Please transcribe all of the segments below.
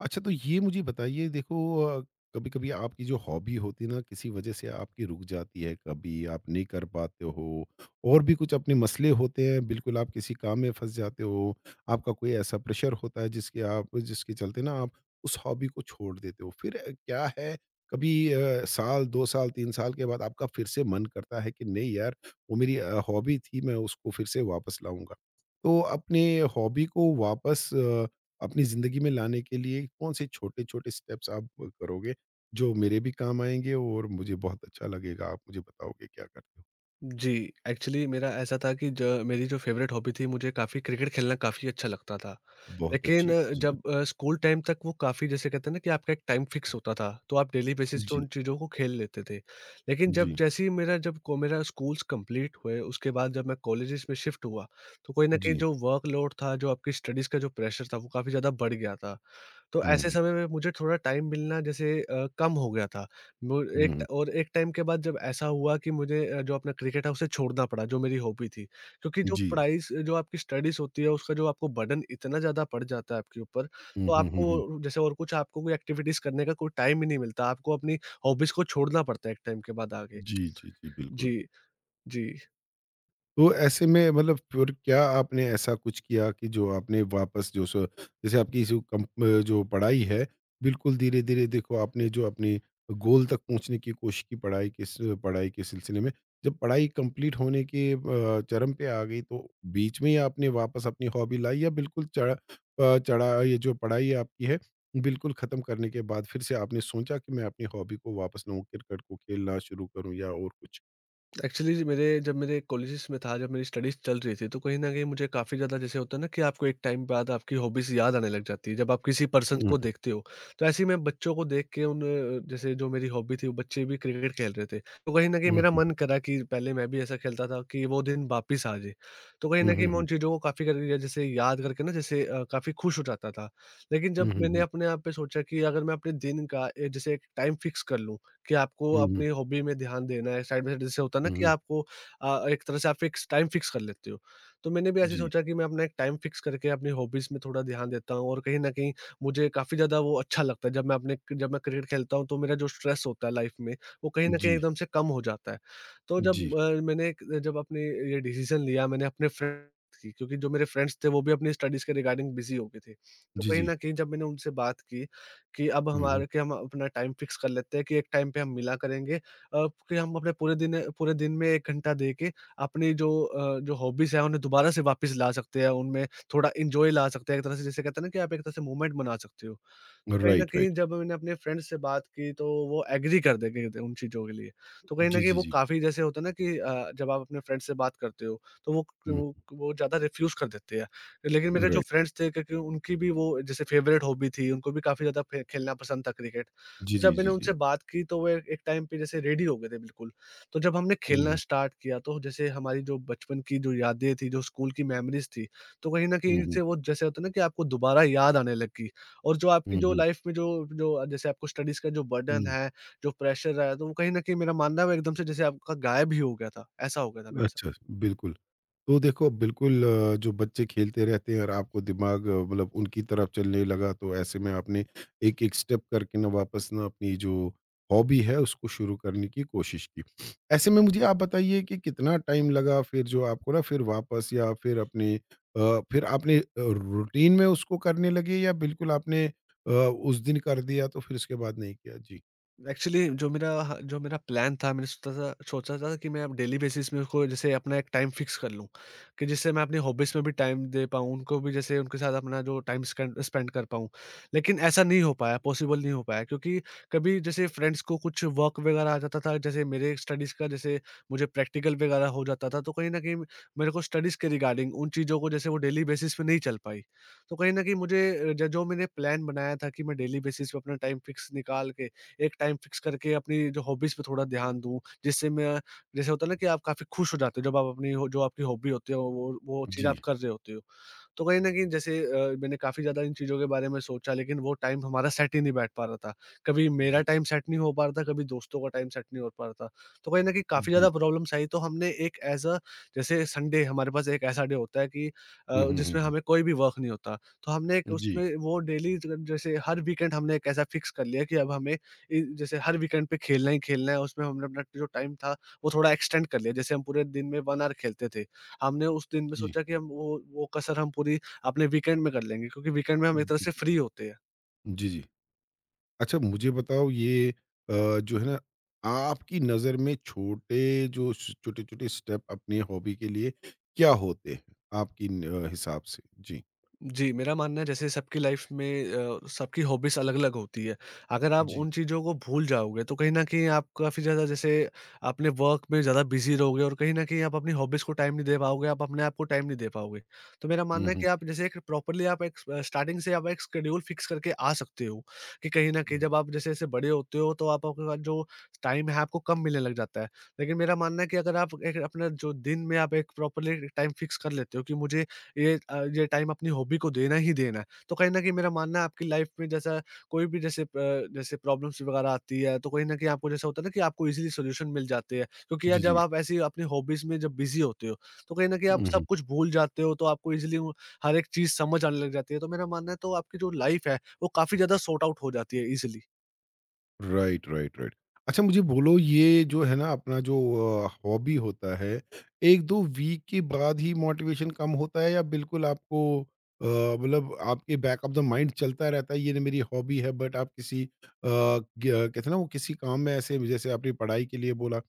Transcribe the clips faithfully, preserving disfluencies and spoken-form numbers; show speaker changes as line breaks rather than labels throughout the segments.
अच्छा, तो ये मुझे बताइए देखो अ, कभी-कभी आपकी जो हॉबी होती है ना किसी वजह से आपकी रुक जाती है, कभी आप नहीं कर पाते हो और भी कुछ अपने मसले होते हैं, बिल्कुल आप किसी काम में फँस जाते हो, आपका कोई ऐसा प्रेशर होता है जिसके आप जिसके चलते ना आप उस हॉबी को छोड़ देते हो। फिर अ, क्या है कभी अ, साल, दो साल, तीन साल के बाद आपका फिर से मन करता है कि नहीं यार वो मेरी अ, हॉबी थी मैं उसको फिर से वापस लाऊँगा। तो अपने हॉबी को वापस अ अपनी ज़िंदगी में लाने के लिए कौन से छोटे-छोटे स्टेप्स आप करोगे, जो मेरे भी काम आएँगे और मुझे बहुत अच्छा लगेगा? आप मुझे बताओगे क्या करते हो?
जी, एक्चुअली मेरा ऐसा था कि ज मेरी जो फ़ेवरेट हॉबी थी, मुझे काफ़ी क्रिकेट खेलना काफ़ी अच्छा लगता था।
बहुत
लेकिन
अच्छी।
अ,
जी,
जब अ, स्कूल टाइम तक वो काफ़ी जैसे कहते हैं ना कि आपका एक टाइम फ़िक्स होता था, तो आप डेली बेसिस पे
जी,
उन चीज़ों को खेल लेते थे। लेकिन जब
जी,
जैसे ही मेरा जब को मेरा स्कूल्स कंप्लीट हुए, उसके बाद जब मैं कॉलेजेस में शिफ्ट हुआ, तो कहीं न कहीं
जी।
जो वर्कलोड था, जो आपकी स्टडीज़ का जो प्रेशर था, वो काफ़ी ज़्यादा बढ़ गया था। तो
हुँ,
ऐसे
हुँ,
समय में मुझे थोड़ा टाइम मिलना जैसे अ, कम हो गया था। मु एक
हुँ,
और एक टाइम के बाद जब ऐसा हुआ कि मुझे अ, जो अपना क्रिकेट है उसे छोड़ना पड़ा, जो मेरी हॉबी थी। क्योंकि जो
जी।
पढ़ाई स जो आपकी स्टडीज़ होती है, उसका जो आपको बर्डन इतना ज़्यादा पड़ जाता है आपके ऊपर,
हुँ,
तो
हुँ, हुँ, हुँ।
आपको जैसे और कुछ आपको कोई एक्टिविटीज़ करने का कोई टाइम ही नहीं मिलता। आपको अपनी हॉबीज़ को छोड़ना पड़ता है एक टाइम के बाद आगे।
जी, जी, जी, बिल्कुल।
जी, जी।
तो ऐसे में मतलब फिर क्या आपने ऐसा कुछ किया कि जो आपने वापस जो सो जैसे आपकी जो कम जो पढ़ाई है, बिल्कुल धीरे-धीरे देखो आपने जो अपने गोल तक पहुँचने की कोशिश की पढ़ाई किस पढ़ाई के सिलसिले में। जब पढ़ाई कंप्लीट होने के अ, चरम पे आ गई तो बीच में ही आपने वापस अपनी हॉबी लाई या बिल्कुल चढ़ा अ, चढ़ा ये जो पढ़ाई आपकी है, बिल्कुल ख़त्म करने के बाद फिर से आपने सोचा कि मैं अपनी हॉबी को वापस लाऊँ, क्रिकेट को खेलना शुरू करूँ या और कुछ?
एक्चुअली मेरे जब मेरे कॉलेजेस में था, जब मेरी स्टडीज़ चल रही थी, तो कहीं न कहीं मुझे काफ़ी ज़्यादा जैसे होता है ना कि आपको एक टाइम बाद आपकी हॉबीज़ याद आने लग जाती है, जब आप किसी पर्सन
हुँ,
को देखते हो। तो ऐसे ही मैं बच्चों को देख के उन अ, जैसे जो मेरी हॉबी थी, वो बच्चे भी क्रिकेट खेल रहे थे। तो कहीं न कहीं
हुँ, हुँ,
मेरा
हुँ,
मन करा कि पहले मैं भी ऐसा खेलता था कि वो दिन वापस आ जाए। तो कहीं
हुँ,
न
हुँ,
कहीं मैं
हुँ।
उन चीज़ों को काफ़ी करके जैसे याद करके ना जैसे अ, काफ़ी खुश हो जाता था। लेकिन
हुँ,
जब
हुँ,
मैंने
हुँ।
अपने आप पे सोचा कि अगर मैं अपने दिन का ए, जैसे एक टाइम फिक्स कर लूँ कि आपको
हुँ, हुँ।
अपनी हॉबी में ध्यान देना है, साइड बाय साइड जैसे होता है ना
हुँ,
कि
हुँ।
आपको अ, एक तरह से आप फिक्स टाइम फिक्स कर लेते हो। तो मैंने भी ऐसे
जी,
सोचा कि मैं अपना एक टाइम फिक्स करके अपनी हॉबीज़ में थोड़ा ध्यान देता हूँ और कहीं न कहीं मुझे काफ़ी ज़्यादा वो अच्छा लगता है। जब मैं अपने जब मैं क्रिकेट खेलता हूँ तो मेरा जो स्ट्रेस होता है लाइफ़ में, वो कहीं न कहीं
जी,
एकदम से कम हो जाता है। तो
जी,
जब अ, मैंने एक जब अपनी ये डिसीज़न लिया मैंने अपने फ्रेंड की क्योंकि जो मेरे फ्रेंड्स थे वो भी अपनी स्टडीज़ के रिगार्डिंग बिज़ी हो गए थे। तो
जी,
कहीं
जी।
न कहीं जब मैंने उनसे बात की कि अब
हुँ, हुँ।
हमारे कि हम अपना टाइम फ़िक्स कर लेते हैं कि एक टाइम पे हम मिला करेंगे। अ, कि हम अपने पूरे दिन पूरे दिन में एक घंटा दे के अपनी जो अ, जो हॉबीज़ हैं उन्हें दोबारा से वापस ला सकते हैं, उनमें थोड़ा एन्जॉय ला सकते हैं। एक तरह से जिसे कहते हैं ना कि आप एक तरह से मूवमेंट बना सकते हो। तो कहीं न
राइट,
कहीं
राइट।
जब मैंने अपने फ्रेंड से बात की तो वो एग्री कर दे गए थे उन चीज़ों के लिए। तो कहीं न
जी,
कहीं
जी,
वो
जी।
काफ़ी जैसे होता है ना कि अ, जब आप अपने फ्रेंड से बात करते हो तो वो
हुँ,
वो वो ज़्यादा रिफ्यूज़ कर देते हैं। लेकिन मेरे जो
राइट।
फ्रेंड्स थे क्योंकि उनकी भी वो जैसे फेवरेट हॉबी थी, उनको भी काफ़ी ज़्यादा फे खेलना पसंद था क्रिकेट।
जी,
तो
जी,
जब मैंने
जी, जी।
उनसे बात की तो वो ए एक टाइम पे जैसे रेडी हो गए थे बिल्कुल। तो जब हमने
हुँ,
खेलना
हुँ।
स्टार्ट किया तो जैसे हमारी जो बचपन की जो यादें थी, जो स्कूल की मेमोरीज़ थी, तो कहीं न
हुँ,
कहीं
हुँ।
से वो जैसे होता है ना कि आपको दोबारा याद आने लगी। और जो आपकी
हुँ,
जो
हुँ।
लाइफ में जो जो जैसे आपको स्टडीज़ का जो बर्डन
हुँ।
है, जो प्रेशर है, तो वो कहीं न कहीं मेरा मानना है वो एकदम से जैसे आपका गायब ही हो गया था, ऐसा हो गया था मेरे साथ।
अच्छा, बिल्कुल। तो देखो बिल्कुल अ, जो बच्चे खेलते रहते हैं और आपको दिमाग अ, मतलब उनकी तरफ चलने लगा तो ऐसे में आपने एक एक स्टेप करके ना वापस ना अपनी जो हॉबी है उसको शुरू करने की कोशिश की ऐसे में मुझे आप बताइए कि कितना टाइम लगा फिर जो आपको ना फिर वापस या फिर अपने अ, फिर आपने रूटीन में उसको करने लगे या बिल्कुल आपने अ, उस दिन कर दिया तो फिर उसके बाद नहीं किया जी
एक्चुअली जो मेरा ह जो मेरा प्लान था मैंने सोचा था सोचा था कि मैं अब डेली बेसिस में उसको जैसे अपना एक टाइम फिक्स कर लूँ, कि जिससे मैं अपनी हॉबीज़ में भी टाइम दे पाऊँ, उनको भी जैसे उनके साथ अपना जो टाइम स्केंड स्पेंड कर पाऊँ। लेकिन ऐसा नहीं हो पाया, पॉसिबल नहीं हो पाया क्योंकि कभी जैसे फ्रेंड्स को कुछ वर्क वगैरह आ जाता था, जैसे मेरे स्टडीज़ का जैसे मुझे प्रैक्टिकल वगैरह हो जाता था, तो कहीं न कहीं मेरे को स्टडीज़ के रिगार्डिंग उन चीज़ों को जैसे वो डेली बेसिस पे नहीं चल पाई। तो कहीं न कहीं मुझे अ, ज जो मैंने प्लान बनाया था कि मैं डेली बेसिस पे अपना टाइम फिक्स निकाल के एक टाइम फिक्स करके अपनी जो हॉबीज़ पे थोड़ा ध्यान दूँ, जिससे मैं जैसे होता है ना कि आप काफ़ी खुश हो जाते हो जब आप अपनी हो जो आपकी हॉबी होती है वो वो चीज़
जी
आप कर रहे होते हो। तो कहीं न कहीं जैसे अ, मैंने काफ़ी ज़्यादा इन चीज़ों के बारे में सोचा लेकिन वो टाइम हमारा सेट ही नहीं बैठ पा रहा था। कभी मेरा
जी
टाइम सेट नहीं हो पा रहा था, कभी दोस्तों का टाइम सेट नहीं हो पा रहा था। तो कहीं न कहीं काफ़ी
जी
ज़्यादा प्रॉब्लम्स आई तो हमने एक ऐज़ अ जैसे संडे हमारे पास एक ऐसा डे होता है कि अ,
हम्म हम्म हम्म
जिसमें
हम्म,
हमें कोई भी वर्क नहीं होता। तो हमने एक
जी
उसमें वो डेली ज जैसे हर वीकेंड हमने एक ऐसा फिक्स कर लिया कि अब हमें इ जैसे हर वीकेंड पे खेलना ही खेलना है, उसमें हमने अपना जो टाइम था, वो थोड़ा एक्सटेंड कर लिया। जैसे हम पूरे दिन में वन आवर खेलते थे, हमने उस दिन में
जी
सोचा कि हम वो वो कसर हम पूरी अपने वीकेंड में कर लेंगे क्योंकि वीकेंड में हम एक तरह से
जी
फ्री होते हैं।
जी जी अच्छा मुझे बताओ ये अ, जो है ना आपकी नज़र में छोटे जो छोटे-छोटे स्टेप अपनी हॉबी के लिए क्या होते हैं आपकी न अ, हिसाब से? जी।
जी, मेरा मानना है जैसे सबकी लाइफ में अ, सबकी हॉबीज़ अलग-अलग होती है। अगर आप
जी।
उन चीज़ों को भूल जाओगे तो कहीं न कहीं आप काफ़ी ज़्यादा जैसे अपने वर्क में ज़्यादा बिज़ी रहोगे और कहीं न कहीं आप अपनी हॉबीज़ को टाइम नहीं दे पाओगे, आप अपने आप को टाइम नहीं दे पाओगे। तो मेरा
हुँ,
मानना है
हुँ।
कि आप जैसे एक प्रॉपरली आप एक अ, स्टार्टिंग से आप एक शेड्यूल फ़िक्स करके आ सकते हो कि कहीं न कहीं
हुँ।
जब आप जैसे-जैसे बड़े होते हो तो आप आपके पास जो टाइम है आपको कम मिलने लग जाता है। लेकिन मेरा मानना है कि अगर आप एक अपना जो दिन में आप एक प्रॉपरली टाइम फ़िक्स कर लेते हो कि मुझे ये अ, ये टाइम अपनी हॉबी को देना ही देना है। तो कहीं न कहीं मेरा मानना है आपकी लाइफ़ में जैसा कोई भी जैसे प जैसे प्रॉब्लम्स वगैरह आती है तो कहीं न कहीं आपको जैसा होता है ना कि आपको ईज़िली सॉल्यूशन मिल जाते हैं। क्योंकि यार
जी,
जब
जी।
आप ऐसी अपनी हॉबीज़ में जब बिज़ी होते हो, तो कहीं न कहीं आप
हुँ,
सब
हुँ।
कुछ भूल जाते हो तो आपको ईज़िली वो हर एक चीज़ समझ आने लग जाती है। तो मेरा मानना है तो आपकी जो लाइफ़ है, वो काफ़ी ज़्यादा सॉर्ट आउट हो जाती है ईज़िली।
Right, right, right. अच्छा मुझे बोलो ये जो है ना अपना जो अ, हॉबी होता है, एक दो वीक के बाद ही मोटिवेशन कम होता है या बिल्कुल आपको अ, मतलब आपके बैक ऑफ द माइंड चलता रहता है ये ना मेरी हॉबी है बट आप किसी अ, ग कहते हैं ना वो किसी काम में ऐसे जैसे आपने पढ़ाई के लिए बोला,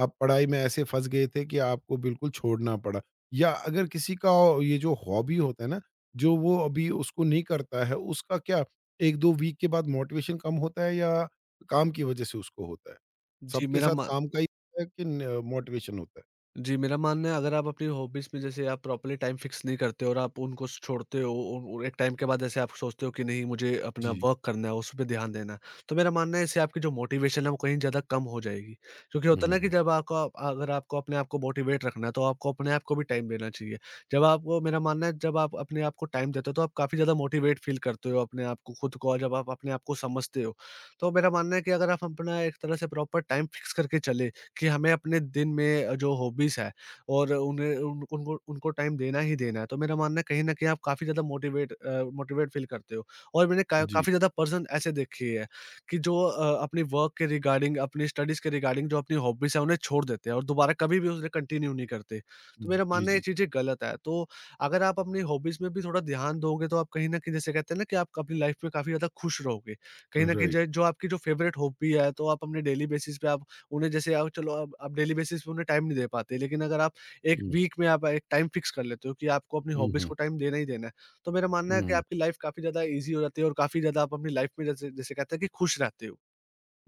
आप पढ़ाई में ऐसे फँस गए थे कि आपको बिल्कुल छोड़ना पड़ा। या अगर किसी का ये जो हॉबी होता है ना, जो वो अभी उसको नहीं करता है उसका क्या एक दो वीक के बाद मोटिवेशन कम होता है या काम की वजह से उसको होता है।
जी,
सबके
मेरा
साथ
मा
काम का ही होता है कि न मोटिवेशन होता है?
जी, मेरा मानना है अगर आप अपनी हॉबीज़ में जैसे आप प्रॉपर्ली टाइम फ़िक्स नहीं करते और आप उनको स छोड़ते हो और और एक टाइम के बाद जैसे आप सोचते हो कि नहीं मुझे अपना
जी।
वर्क करना है, उस पे ध्यान देना है। तो मेरा मानना है इससे आपकी जो मोटिवेशन है वो कहीं ज़्यादा कम हो जाएगी। क्योंकि
हुँ,
होता है
हुँ,
ना कि
हुँ।
जब आपको आप- अगर आपको अपने आप को मोटिवेट रखना है तो आपको अपने आप को भी टाइम देना चाहिए। जब आपको मेरा मानना है जब आप अपने आप को टाइम देते हो तो आप काफ़ी ज़्यादा मोटिवेट फ़ील करते हो अपने आप को खुद को और जब आप अपने आप को समझते हो। तो मेरा मानना है कि अगर आप अपना एक तरह से प्रॉपर टाइम फ़िक्स करके चले कि हमें अपने दिन में जो हॉबीज़ है और उन्हें उन उनको उनको टाइम देना ही देना है। तो मेरा मानना है कहीं न कहीं आप काफ़ी ज़्यादा मोटिवेट अ, मोटिवेट फ़ील करते हो और मैंने का
जी,
काफ़ी ज़्यादा पर्सन ऐसे देखे हैं कि जो अ, अपनी वर्क के रिगार्डिंग, अपनी स्टडीज़ के रिगार्डिंग जो अपनी हॉबीज़ है उन्हें छोड़ देते हैं और दोबारा कभी भी उसे कंटिन्यू नहीं करते। तो मेरा
जी,
मानना है ये
जी।
चीज़ें गलत है। तो अगर आप अपनी हॉबीज़ में भी थोड़ा ध्यान दोगे तो आप कहीं न कहीं जैसे कहते हैं ना कि आप अपनी लाइफ़ में काफ़ी ज़्यादा खुश रहोगे। कहीं न कहीं
राइट।
ज जो आपकी जो फ़ेवरेट हॉबी है तो आप अपने डेली बेसिस पे आप उन्हें जैसे आओ चलो अब आप डेली बेसिस पे उन्हें टाइम नहीं दे पाते, लेकिन अगर आप एक
हुँ,
वीक में आप एक टाइम फिक्स कर लेते हो कि आपको अपनी
हुँ,
हॉबीज़
हुँ,
को टाइम देना ही देना है, तो मेरा मानना है कि
हुँ।
आपकी लाइफ़ काफ़ी ज़्यादा ईज़ी हो जाती है और काफ़ी ज़्यादा आप अपनी लाइफ़ में जैसे जैसे कहते हैं कि खुश रहते हो।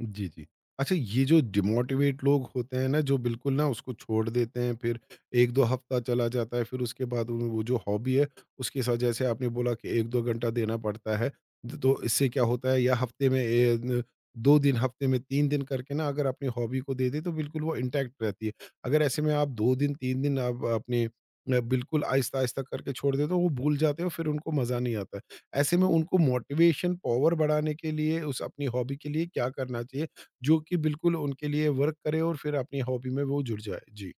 जी, जी। अच्छा ये जो डिमोटिवेट लोग होते हैं ना, जो बिल्कुल ना उसको छोड़ देते हैं, फिर एक दो हफ़्ता चला जाता है, फिर उसके बाद उन वो जो हॉबी है, उसके साथ जैसे आपने बोला कि एक दो घंटा देना पड़ता है। तो इससे क्या होता है या हफ़्ते में ए, न दो दिन, हफ़्ते में तीन दिन करके ना अगर अपनी हॉबी को दे दें, तो बिल्कुल वो इंटैक्ट रहती है। अगर ऐसे में आप दो दिन, तीन दिन आप अपने अ, बिल्कुल आहिस्ता-आहिस्ता करके छोड़ दें, तो वो भूल जाते हैं और फिर उनको मज़ा नहीं आता है। ऐसे में उनको मोटिवेशन पावर बढ़ाने के लिए उस अपनी हॉबी के लिए क्या करना चाहिए, जो कि बिल्कुल उनके लिए वर्क करे और फिर अपनी हॉबी में वो जुड़ जाए? जी।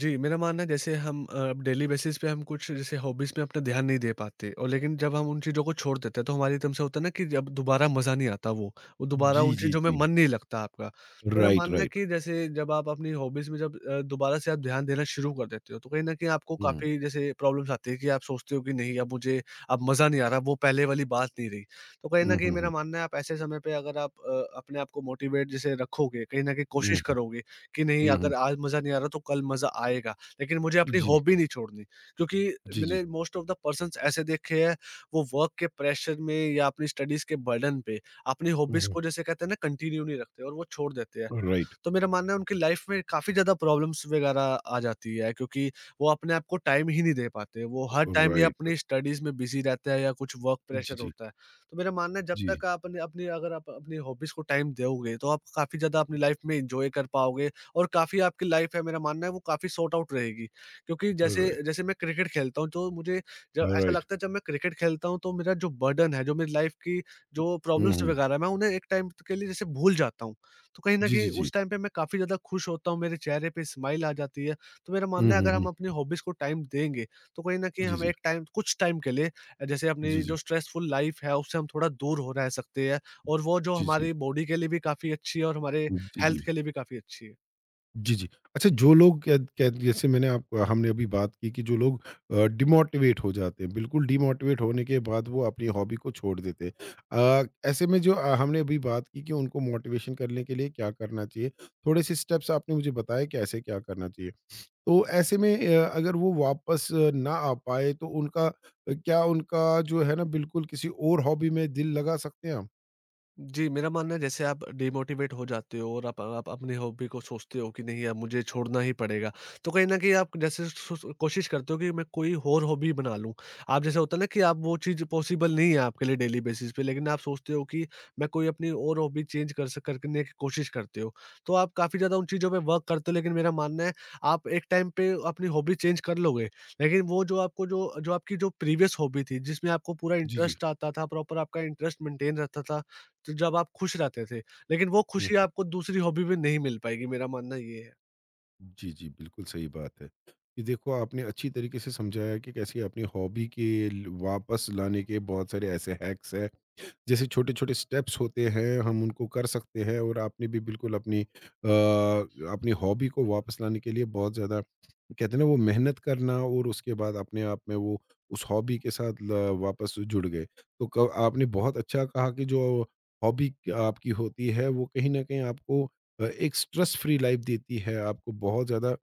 जी, मेरा मानना है जैसे हम अ, डेली बेसिस पे हम कुछ जैसे हॉबीज़ में अपना ध्यान नहीं दे पाते और लेकिन जब हम उन चीज़ों को छोड़ देते हैं तो हमारी एकदम से होता है ना कि जब दोबारा मज़ा नहीं आता वो, वो दोबारा
जी,
उन
जी,
चीज़ों में
जी।
मन नहीं लगता आपका। मेरा
राइट,
मानना है
राइट।
कि जैसे जब आप अपनी हॉबीज़ में जब अ, दोबारा से आप ध्यान देना शुरू कर देते हो तो कहीं न कहीं आपको
हुँ,
काफ़ी जैसे प्रॉब्लम्स आती है कि आप सोचते हो कि नहीं अब मुझे अब मज़ा नहीं आ रहा, वो पहले वाली बात नहीं रही। तो कहीं
हुँ,
न कहीं
हुँ, हुँ,
मेरा मानना है आप ऐसे समय पे अगर आप अ, अपने आप को मोटिवेट जैसे रखोगे, कहीं न कहीं कोशिश
हुँ,
करोगे कि नहीं
हुँ, हुँ।
अगर आज मज़ा नहीं आ रहा तो कल मज़ा आएगा। लेकिन मुझे अपनी
जी,
हॉबी नहीं छोड़नी, क्योंकि
जी, जी।
मैंने मोस्ट ऑफ द पर्सन्स ऐसे देखे हैं, वो वर्क के प्रेशर में या अपनी स्टडीज़ के बर्डन पे अपनी
हुँ,
हॉबीज़
हुँ।
को जैसे कहते हैं ना कंटिन्यू नहीं रखते और वो छोड़ देते हैं।
राइट,
तो मेरा मानना है उनकी लाइफ में काफ़ी ज़्यादा प्रॉब्लम्स वगैरह आ जाती है, क्योंकि वो अपने आप को टाइम ही नहीं दे पाते। वो हर टाइम या
राइट।
अपनी स्टडीज़ में बिज़ी रहते हैं या कुछ वर्क
जी,
प्रेशर
जी,
होता है। तो मेरा मानना है जब
जी।
तक आप अपने अपनी अगर आप अपनी हॉबीज़ को टाइम दोगे, तो आप काफ़ी ज़्यादा अपनी लाइफ में एन्जॉय कर पाओगे और काफ़ी आपकी लाइफ है मेरा मानना है वो काफ़ी सॉर्ट आउट रहेगी। क्योंकि जैसे
राइट,
जैसे मैं क्रिकेट खेलता हूँ तो मुझे जब ऐसा
राइट।
लगता है जब मैं क्रिकेट खेलता हूँ तो मेरा जो बर्डन है, जो मेरी लाइफ की जो
हुँ,
प्रॉब्लम्स
हुँ।
वगैरह है, मैं उन्हें एक टाइम के लिए जैसे भूल जाता हूँ। तो कहीं न
जी, जी,
कहीं
जी।
उस टाइम पे मैं काफ़ी ज़्यादा खुश होता हूँ, मेरे चेहरे पे स्माइल आ जाती है। तो मेरा
हुँ,
मानना है
हुँ,
अगर हम
हुँ।
अपनी हॉबीज़ को टाइम देंगे, तो कहीं न कहीं
जी,
हमें
जी,
एक टाइम कुछ टाइम के लिए अ, जैसे
जी,
अपनी
जी,
जो स्ट्रेसफुल लाइफ़ है, उससे हम थोड़ा दूर हो रह सकते हैं और वो जो
जी, जी,
हमारी बॉडी के लिए भी काफ़ी अच्छी है और हमारे
जी, जी।
हेल्थ के लिए भी काफ़ी अच्छी है।
जी, जी। अच्छा जो लोग कै कै जैसे मैंने आप हमने अभी बात की कि जो लोग अ, डिमोटिवेट हो जाते हैं, बिल्कुल डिमोटिवेट होने के बाद वो अपनी हॉबी को छोड़ देते हैं। अ, ऐसे में जो अ, हमने अभी बात की कि उनको मोटिवेशन करने के लिए क्या करना चाहिए? थोड़े-से स्टेप्स आपने मुझे बताए कि ऐसे क्या करना चाहिए। तो ऐसे में अ, अगर वो वापस अ, ना आ पाए तो उनका अ, क्या उनका जो है ना बिल्कुल किसी और हॉबी में दिल लगा सकते हैं हम?
जी, मेरा मानना है जैसे आप डिमोटिवेट हो जाते हो और आप आप अपनी हॉबी को सोचते हो कि नहीं अब मुझे छोड़ना ही पड़ेगा। तो कहीं न कहीं आप जैसे सो सो कोशिश करते हो कि मैं कोई और हॉबी बना लूँ। आप जैसे होता है ना कि आप वो चीज़ पॉसिबल नहीं है आपके लिए डेली बेसिस पे, लेकिन आप सोचते हो कि मैं कोई अपनी और हॉबी चेंज कर सक करने की कोशिश करते हो। तो आप काफ़ी ज़्यादा उन चीज़ों पे वर्क करते हो, लेकिन मेरा मानना है आप एक टाइम पे अपनी हॉबी चेंज कर लोगे। लेकिन वो जो आपको जो जो आपकी जो प्रीवियस हॉबी थी जिसमें आपको पूरा
जी, जी।
इंटरेस्ट आता था, प्रॉपर आपका इंटरेस्ट मेंटेन रहता था, जब आप खुश रहते थे, लेकिन वो
हुँ।
खुशी आपको दूसरी हॉबी में नहीं मिल पाएगी, मेरा मानना ये है।
जी, जी, बिल्कुल सही बात है। ये देखो आपने अच्छी तरीके से समझाया कि कैसे अपनी हॉबी के ल वापस लाने के बहुत सारे ऐसे हैक्स हैं, जैसे छोटे-छोटे स्टेप्स होते हैं, हम उनको कर सकते हैं और आपने भी बिल्कुल अपनी अ, अपनी हॉबी को वापस लाने के लिए बहुत ज़्यादा कहते हैं ना वो मेहनत करना और उसके बाद अपने आप में वो उस हॉबी के साथ ल- वापस जुड़ गए तो क- आपने बहुत अच्छा कहा कि जो हॉबी आपकी होती है वो कहीं ना कहीं आपको अ, एक स्ट्रेस फ्री लाइफ देती है आपको बहुत ज़्यादा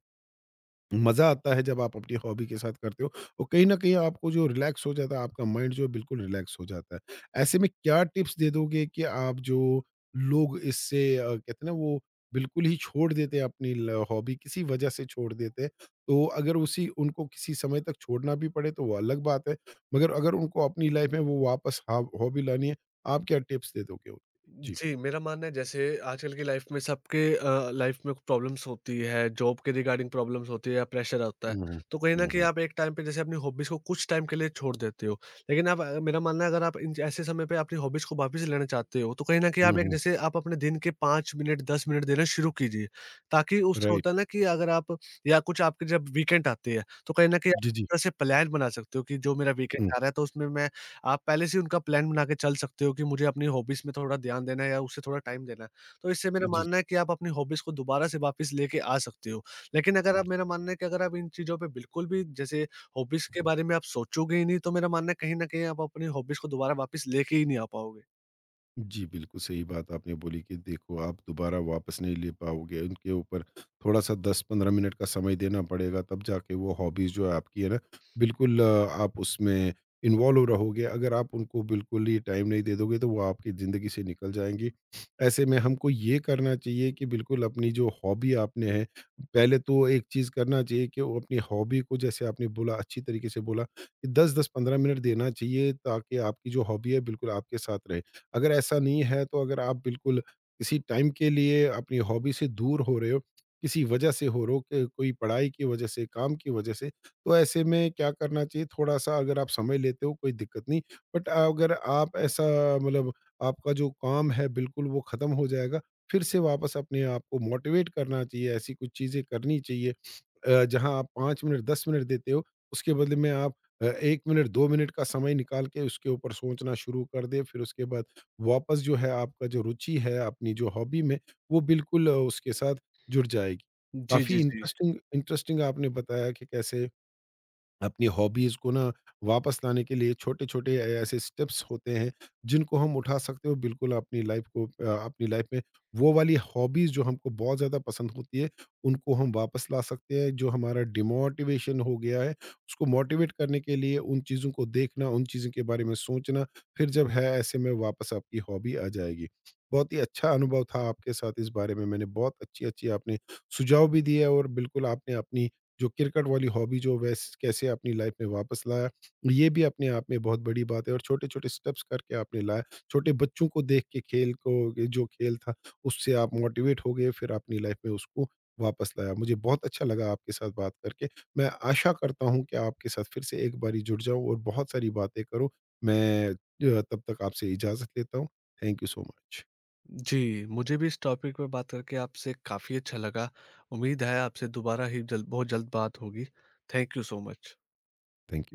मज़ा आता है जब आप अपनी हॉबी के साथ करते हो और कहीं न कहीं आपको जो रिलैक्स हो जाता है, आपका माइंड जो है बिल्कुल रिलैक्स हो जाता है। ऐसे में क्या टिप्स दे दोगे कि आप जो लोग इससे अ, कहते हैं ना वो बिल्कुल ही छोड़ देते हैं अपनी ल हॉबी किसी वजह से छोड़ देते हैं। तो अगर उसी उनको किसी समय तक छोड़ना भी पड़े तो वो अलग बात है, मगर अगर उनको अपनी लाइफ़ में वो वापस हाब हॉबी लानी है, आप क्या टिप्स दे दोगे उनको? जी।
जी, मेरा मानना है जैसे आजकल की लाइफ में सबके अ, लाइफ में प्रॉब्लम्स होती है, जॉब के रिगार्डिंग प्रॉब्लम्स होती है या प्रेशर होता है।
हुँ, हुँ।
तो कहीं न
हुँ,
कहीं
हुँ।
आप एक टाइम पे जैसे अपनी हॉबीज़ को कुछ टाइम के लिए छोड़ देते हो। लेकिन आप अ, मेरा मानना है अगर आप इन ऐसे समय पे अपनी हॉबीज़ को वापस लेना चाहते हो, तो कहीं न कहीं
हुँ,
आप एक
हुँ।
जैसे आप अपने दिन के पाँच मिनट, दस मिनट देना शुरू कीजिए। ताकि उससे
राइट।
होता है ना कि अगर आप या कुछ आपके जब वीकेंड आते हैं, तो कहीं न कहीं आप
जी,
एक
जी।
तरह से प्लान बना सकते हो कि जो मेरा
हुँ।
वीकेंड आ रहा है तो उसमें मैं आप पहले से उनका प्लान बना के चल सकते हो कि मुझे अपनी हॉबीज़ में थोड़ा ध्यान देना है या उसे थोड़ा टाइम देना है। तो इससे मेरा
जी।
मानना है कि आप अपनी हॉबीज़ को दोबारा से वापस लेके आ सकते हो। लेकिन अगर आप मेरा मानना है कि अगर आप इन चीज़ों पे बिल्कुल भी जैसे हॉबीज़ के बारे में आप सोचोगे ही नहीं, तो मेरा मानना है कहीं न कहीं आप अपनी हॉबीज़ को दोबारा वापस लेके ही नहीं आ पाओगे।
जी, बिल्कुल सही बात आपने बोली कि देखो आप दोबारा वापस नहीं ले पाओगे, उनके ऊपर थोड़ा-सा दस पंद्रह मिनट का समय देना पड़ेगा तब जाके वो हॉबीज़ जो है आपकी है ना, बिल्कुल अ, आप उसमें इन्वॉल्व रहोगे। अगर आप उनको बिल्कुल ही टाइम नहीं दे दोगे तो वो आपकी ज़िंदगी से निकल जाएँगी। ऐसे में हमको ये करना चाहिए कि बिल्कुल अपनी जो हॉबी आपने है, पहले तो एक चीज़ करना चाहिए कि वो अपनी हॉबी को जैसे आपने बोला अच्छी तरीके से बोला कि दस दस पंद्रह मिनट देना चाहिए ताकि आपकी जो हॉबी है बिल्कुल आपके साथ रहे। अगर ऐसा नहीं है तो अगर आप बिल्कुल किसी टाइम के लिए अपनी हॉबी से दूर हो रहे हो किसी वजह से हो रहे हो कि कोई पढ़ाई की वजह से काम की वजह से तो ऐसे में क्या करना चाहिए थोड़ा सा अगर आप समय लेते हो कोई दिक्कत नहीं बट अगर आप ऐसा मतलब आपका जो काम है बिल्कुल वो ख़त्म हो जाएगा फिर से वापस अपने आप को मोटिवेट करना चाहिए ऐसी कुछ चीज़ें करनी चाहिए अ, जहाँ आप पाँच मिनट दस मिनट देते हो उसके बदले में आप अ, एक मिनट दो मिनट का समय निकाल के उसके ऊपर सोचना शुरू कर दे फिर उसके बाद वापस जो है आपका जो रुचि है अपनी जो हॉबी में वो बिल्कुल अ, उसके साथ जुड़ जाएगी।
जी,
काफ़ी
जी, जी।
इंटरेस्टिंग इंटरेस्टिंग आपने बताया कि कैसे अपनी हॉबीज को ना वापस लाने के लिए छोटे-छोटे ए ऐसे स्टेप्स होते हैं, जिनको हम उठा सकते हो बिल्कुल अपनी लाइफ़ को अ, अपनी लाइफ़ में वो वाली हॉबीज़ जो हमको बहुत ज़्यादा पसंद होती है, उनको हम वापस ला सकते हैं। जो हमारा डिमोटिवेशन हो गया है, उसको मोटिवेट करने के लिए उन चीज़ों को देखना, उन चीज़ों के बारे में सोचना, फिर जब है ऐसे में वापस आपकी हॉबी आ जाएगी। बहुत ही अच्छा अनुभव था आपके साथ इस बारे में, मैंने बहुत अच्छी-अच्छी आपने सुझाव भी दिए और बिल्कुल आपने अपनी जो क्रिकेट वाली हॉबी जो वैस कैसे अपनी लाइफ में वापस लाया, ये भी अपने आप में बहुत बड़ी बात है और छोटे-छोटे स्टेप्स करके आपने लाया। छोटे बच्चों को देख के खेल को ये जो खेल था, उससे आप मोटिवेट हो गए, फिर अपनी लाइफ में उसको वापस लाया। मुझे बहुत अच्छा लगा आपके साथ बात करके। मैं आशा करता हूँ कि आपके साथ फिर से एक बारी जुड़ जाऊँ और बहुत सारी बातें करूँ। मैं अ, तब तक आपसे इजाज़त लेता हूँ। Thank you so much.
जी, मुझे भी इस टॉपिक पे बात करके आपसे काफ़ी अच्छा लगा। उम्मीद है आपसे दोबारा ही जल्द बहुत जल्द बात होगी। Thank you so much.
Thank you.